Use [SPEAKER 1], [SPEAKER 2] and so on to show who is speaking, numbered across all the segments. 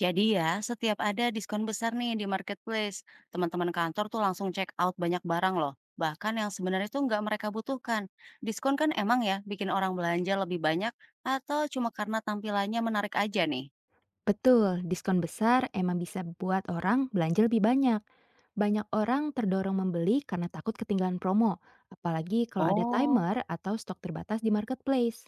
[SPEAKER 1] Jadi ya, setiap ada diskon besar nih di marketplace, teman-teman kantor tuh langsung check out banyak barang loh. Bahkan yang sebenarnya tuh nggak mereka butuhkan. Diskon kan emang ya bikin orang belanja lebih banyak atau cuma karena tampilannya menarik aja nih?
[SPEAKER 2] Betul, diskon besar emang bisa buat orang belanja lebih banyak. Banyak orang terdorong membeli karena takut ketinggalan promo, apalagi kalau ada
[SPEAKER 1] Oh,
[SPEAKER 2] timer atau stok terbatas di marketplace.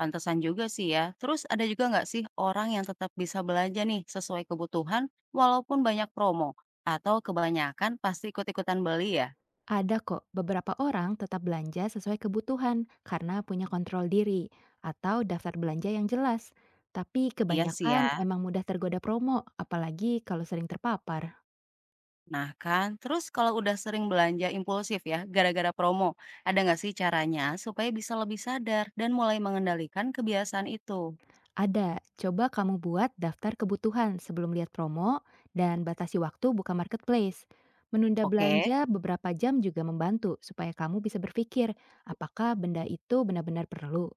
[SPEAKER 1] pantesan juga sih ya. Terus ada juga nggak sih orang yang tetap bisa belanja nih sesuai kebutuhan walaupun banyak promo? Atau kebanyakan pasti ikut-ikutan beli ya?
[SPEAKER 2] Ada kok beberapa orang tetap belanja sesuai kebutuhan karena punya kontrol diri atau daftar belanja yang jelas. Tapi
[SPEAKER 1] Iya sih ya.
[SPEAKER 2] kebanyakan emang mudah tergoda promo, apalagi kalau sering terpapar.
[SPEAKER 1] Nah kan, terus kalau udah sering belanja impulsif ya, gara-gara promo, ada nggak sih caranya supaya bisa lebih sadar dan mulai mengendalikan kebiasaan itu?
[SPEAKER 2] Ada, coba kamu buat daftar kebutuhan sebelum lihat promo dan batasi waktu buka marketplace. Menunda
[SPEAKER 1] Oke,
[SPEAKER 2] belanja beberapa jam juga membantu supaya kamu bisa berpikir apakah benda itu benar-benar perlu.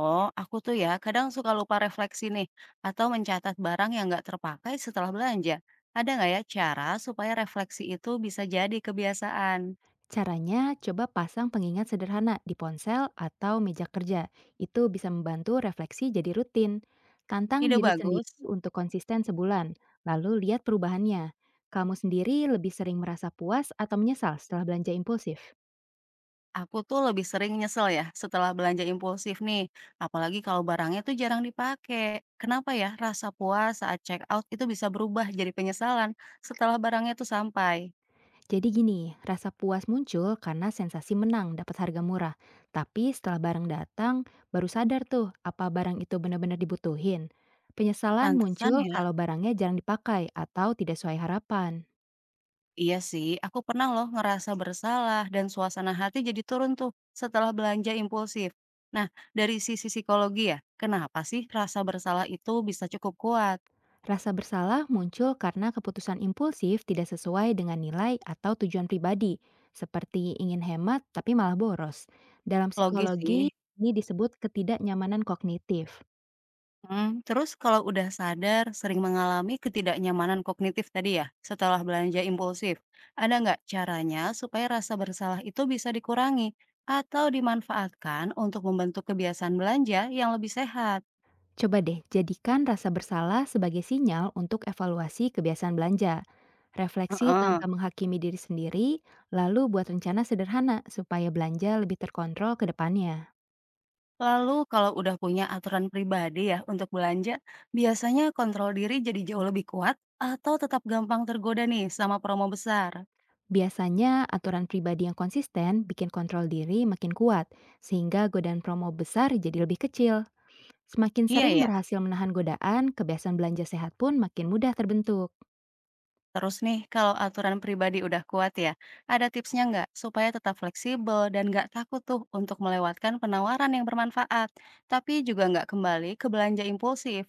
[SPEAKER 1] oh aku tuh ya kadang suka lupa refleksi nih, atau mencatat barang yang nggak terpakai setelah belanja. Ada nggak ya cara supaya refleksi itu bisa jadi kebiasaan?
[SPEAKER 2] Caranya, coba pasang pengingat sederhana di ponsel atau meja kerja. Itu bisa membantu refleksi jadi rutin. Tantang
[SPEAKER 1] Ide
[SPEAKER 2] diri
[SPEAKER 1] bagus.
[SPEAKER 2] sendiri untuk konsisten sebulan, lalu lihat perubahannya. Kamu sendiri lebih sering merasa puas atau menyesal setelah belanja impulsif?
[SPEAKER 1] Aku tuh lebih sering nyesel ya setelah belanja impulsif nih, apalagi kalau barangnya tuh jarang dipakai. Kenapa ya rasa puas saat check out itu bisa berubah jadi penyesalan setelah barangnya tuh sampai?
[SPEAKER 2] Jadi gini, rasa puas muncul karena sensasi menang dapat harga murah. Tapi setelah barang datang, baru sadar tuh apa barang itu benar-benar dibutuhin. Penyesalan
[SPEAKER 1] Pantesan
[SPEAKER 2] muncul
[SPEAKER 1] ya,
[SPEAKER 2] kalau barangnya jarang dipakai atau tidak sesuai harapan.
[SPEAKER 1] iya sih, aku pernah loh ngerasa bersalah dan suasana hati jadi turun tuh setelah belanja impulsif. Nah, dari sisi psikologi ya, kenapa sih rasa bersalah itu bisa cukup kuat?
[SPEAKER 2] Rasa bersalah muncul karena keputusan impulsif tidak sesuai dengan nilai atau tujuan pribadi, seperti ingin hemat tapi malah boros. Dalam
[SPEAKER 1] Logis sih.
[SPEAKER 2] psikologi, ini disebut ketidaknyamanan kognitif.
[SPEAKER 1] Terus kalau udah sadar sering mengalami ketidaknyamanan kognitif tadi ya, setelah belanja impulsif, ada nggak caranya supaya rasa bersalah itu bisa dikurangi atau dimanfaatkan untuk membentuk kebiasaan belanja yang lebih sehat?
[SPEAKER 2] Coba deh jadikan rasa bersalah sebagai sinyal untuk evaluasi kebiasaan belanja. Refleksi
[SPEAKER 1] Heeh.
[SPEAKER 2] tanpa menghakimi diri sendiri, lalu buat rencana sederhana supaya belanja lebih terkontrol ke depannya.
[SPEAKER 1] Lalu kalau udah punya aturan pribadi ya untuk belanja, biasanya kontrol diri jadi jauh lebih kuat atau tetap gampang tergoda nih sama promo besar?
[SPEAKER 2] Biasanya, aturan pribadi yang konsisten bikin kontrol diri makin kuat, sehingga godaan promo besar jadi lebih kecil. Semakin
[SPEAKER 1] Iya
[SPEAKER 2] sering
[SPEAKER 1] ya?
[SPEAKER 2] berhasil menahan godaan, kebiasaan belanja sehat pun makin mudah terbentuk.
[SPEAKER 1] Terus nih, kalau aturan pribadi udah kuat ya, ada tipsnya nggak supaya tetap fleksibel dan nggak takut tuh untuk melewatkan penawaran yang bermanfaat, tapi juga nggak kembali ke belanja impulsif?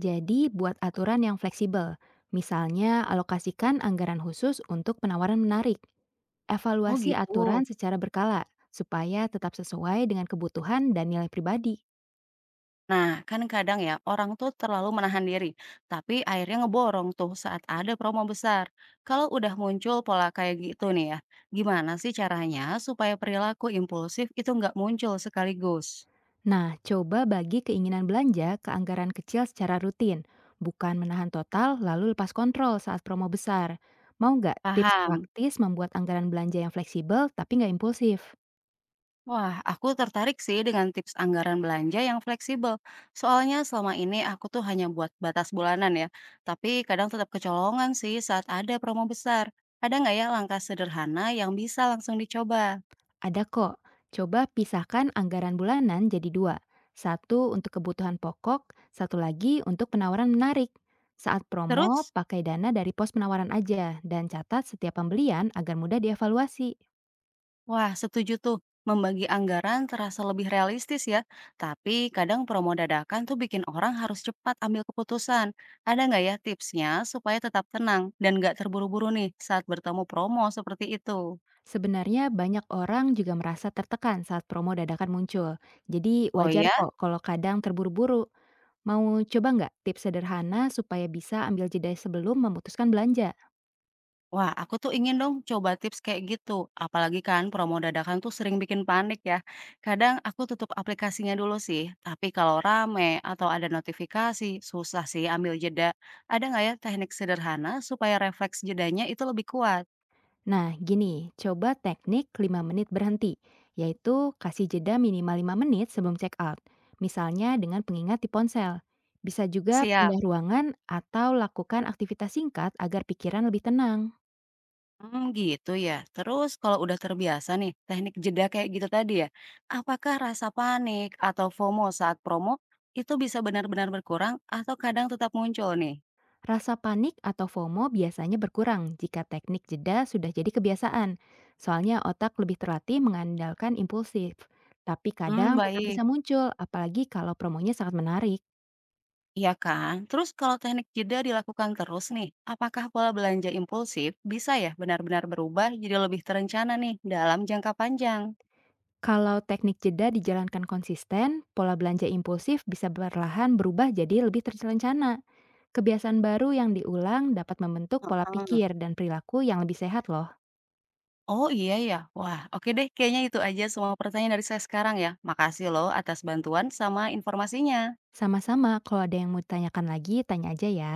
[SPEAKER 2] Jadi, buat aturan yang fleksibel. Misalnya, alokasikan anggaran khusus untuk penawaran menarik.
[SPEAKER 1] Oh
[SPEAKER 2] Evaluasi
[SPEAKER 1] gitu.
[SPEAKER 2] aturan secara berkala supaya tetap sesuai dengan kebutuhan dan nilai pribadi.
[SPEAKER 1] Nah, kan kadang ya orang tuh terlalu menahan diri, tapi akhirnya ngeborong tuh saat ada promo besar. Kalau udah muncul pola kayak gitu nih ya, gimana sih caranya supaya perilaku impulsif itu nggak muncul sekaligus?
[SPEAKER 2] Nah, coba bagi keinginan belanja ke anggaran kecil secara rutin, bukan menahan total lalu lepas kontrol saat promo besar. Mau nggak tips
[SPEAKER 1] Paham?
[SPEAKER 2] praktis membuat anggaran belanja yang fleksibel tapi nggak impulsif?
[SPEAKER 1] Wah, aku tertarik sih dengan tips anggaran belanja yang fleksibel. Soalnya selama ini aku tuh hanya buat batas bulanan ya. Tapi kadang tetap kecolongan sih saat ada promo besar. Ada nggak ya langkah sederhana yang bisa langsung dicoba?
[SPEAKER 2] Ada kok. Coba pisahkan anggaran bulanan jadi dua. Satu untuk kebutuhan pokok, satu lagi untuk penawaran menarik. Saat promo,
[SPEAKER 1] Terus,
[SPEAKER 2] pakai dana dari pos penawaran aja dan catat setiap pembelian agar mudah dievaluasi.
[SPEAKER 1] wah setuju tuh, membagi anggaran terasa lebih realistis ya. Tapi kadang promo dadakan tuh bikin orang harus cepat ambil keputusan. Ada nggak ya tipsnya supaya tetap tenang dan nggak terburu-buru nih saat bertemu promo seperti itu?
[SPEAKER 2] Sebenarnya banyak orang juga merasa tertekan saat promo dadakan muncul. Jadi
[SPEAKER 1] Oh
[SPEAKER 2] wajar
[SPEAKER 1] ya,
[SPEAKER 2] kok kalau kadang terburu-buru. Mau coba nggak tips sederhana supaya bisa ambil jeda sebelum memutuskan belanja?
[SPEAKER 1] wah, aku tuh ingin dong coba tips kayak gitu. Apalagi kan promo dadakan tuh sering bikin panik ya. Kadang aku tutup aplikasinya dulu sih, tapi kalau rame atau ada notifikasi, susah sih ambil jeda. Ada nggak ya teknik sederhana supaya refleks jedanya itu lebih kuat?
[SPEAKER 2] Nah, gini, coba teknik 5 menit berhenti, yaitu kasih jeda minimal 5 menit sebelum check out, misalnya dengan pengingat di ponsel. Bisa juga
[SPEAKER 1] Siap.
[SPEAKER 2] pindah ruangan atau lakukan aktivitas singkat agar pikiran lebih tenang.
[SPEAKER 1] Hmm, gitu ya. Terus kalau udah terbiasa nih teknik jeda kayak gitu tadi ya, apakah rasa panik atau FOMO saat promo itu bisa benar-benar berkurang atau kadang tetap muncul nih?
[SPEAKER 2] Rasa panik atau FOMO biasanya berkurang jika teknik jeda sudah jadi kebiasaan. Soalnya otak lebih terlatih mengandalkan impulsif. Tapi
[SPEAKER 1] Hmm,
[SPEAKER 2] kadang tetap
[SPEAKER 1] baik.
[SPEAKER 2] bisa muncul, apalagi kalau promonya sangat menarik.
[SPEAKER 1] Iya kan? Terus kalau teknik jeda dilakukan terus nih, apakah pola belanja impulsif bisa ya benar-benar berubah jadi lebih terencana nih dalam jangka panjang?
[SPEAKER 2] Kalau teknik jeda dijalankan konsisten, pola belanja impulsif bisa perlahan berubah jadi lebih terencana. Kebiasaan baru yang diulang dapat membentuk pola
[SPEAKER 1] Heeh.
[SPEAKER 2] pikir dan perilaku yang lebih sehat loh.
[SPEAKER 1] Oh iya ya, wah oke deh kayaknya itu aja semua pertanyaan dari saya sekarang ya. Makasih loh atas bantuan sama informasinya.
[SPEAKER 2] Sama-sama, kalau ada yang mau ditanyakan lagi, tanya aja ya.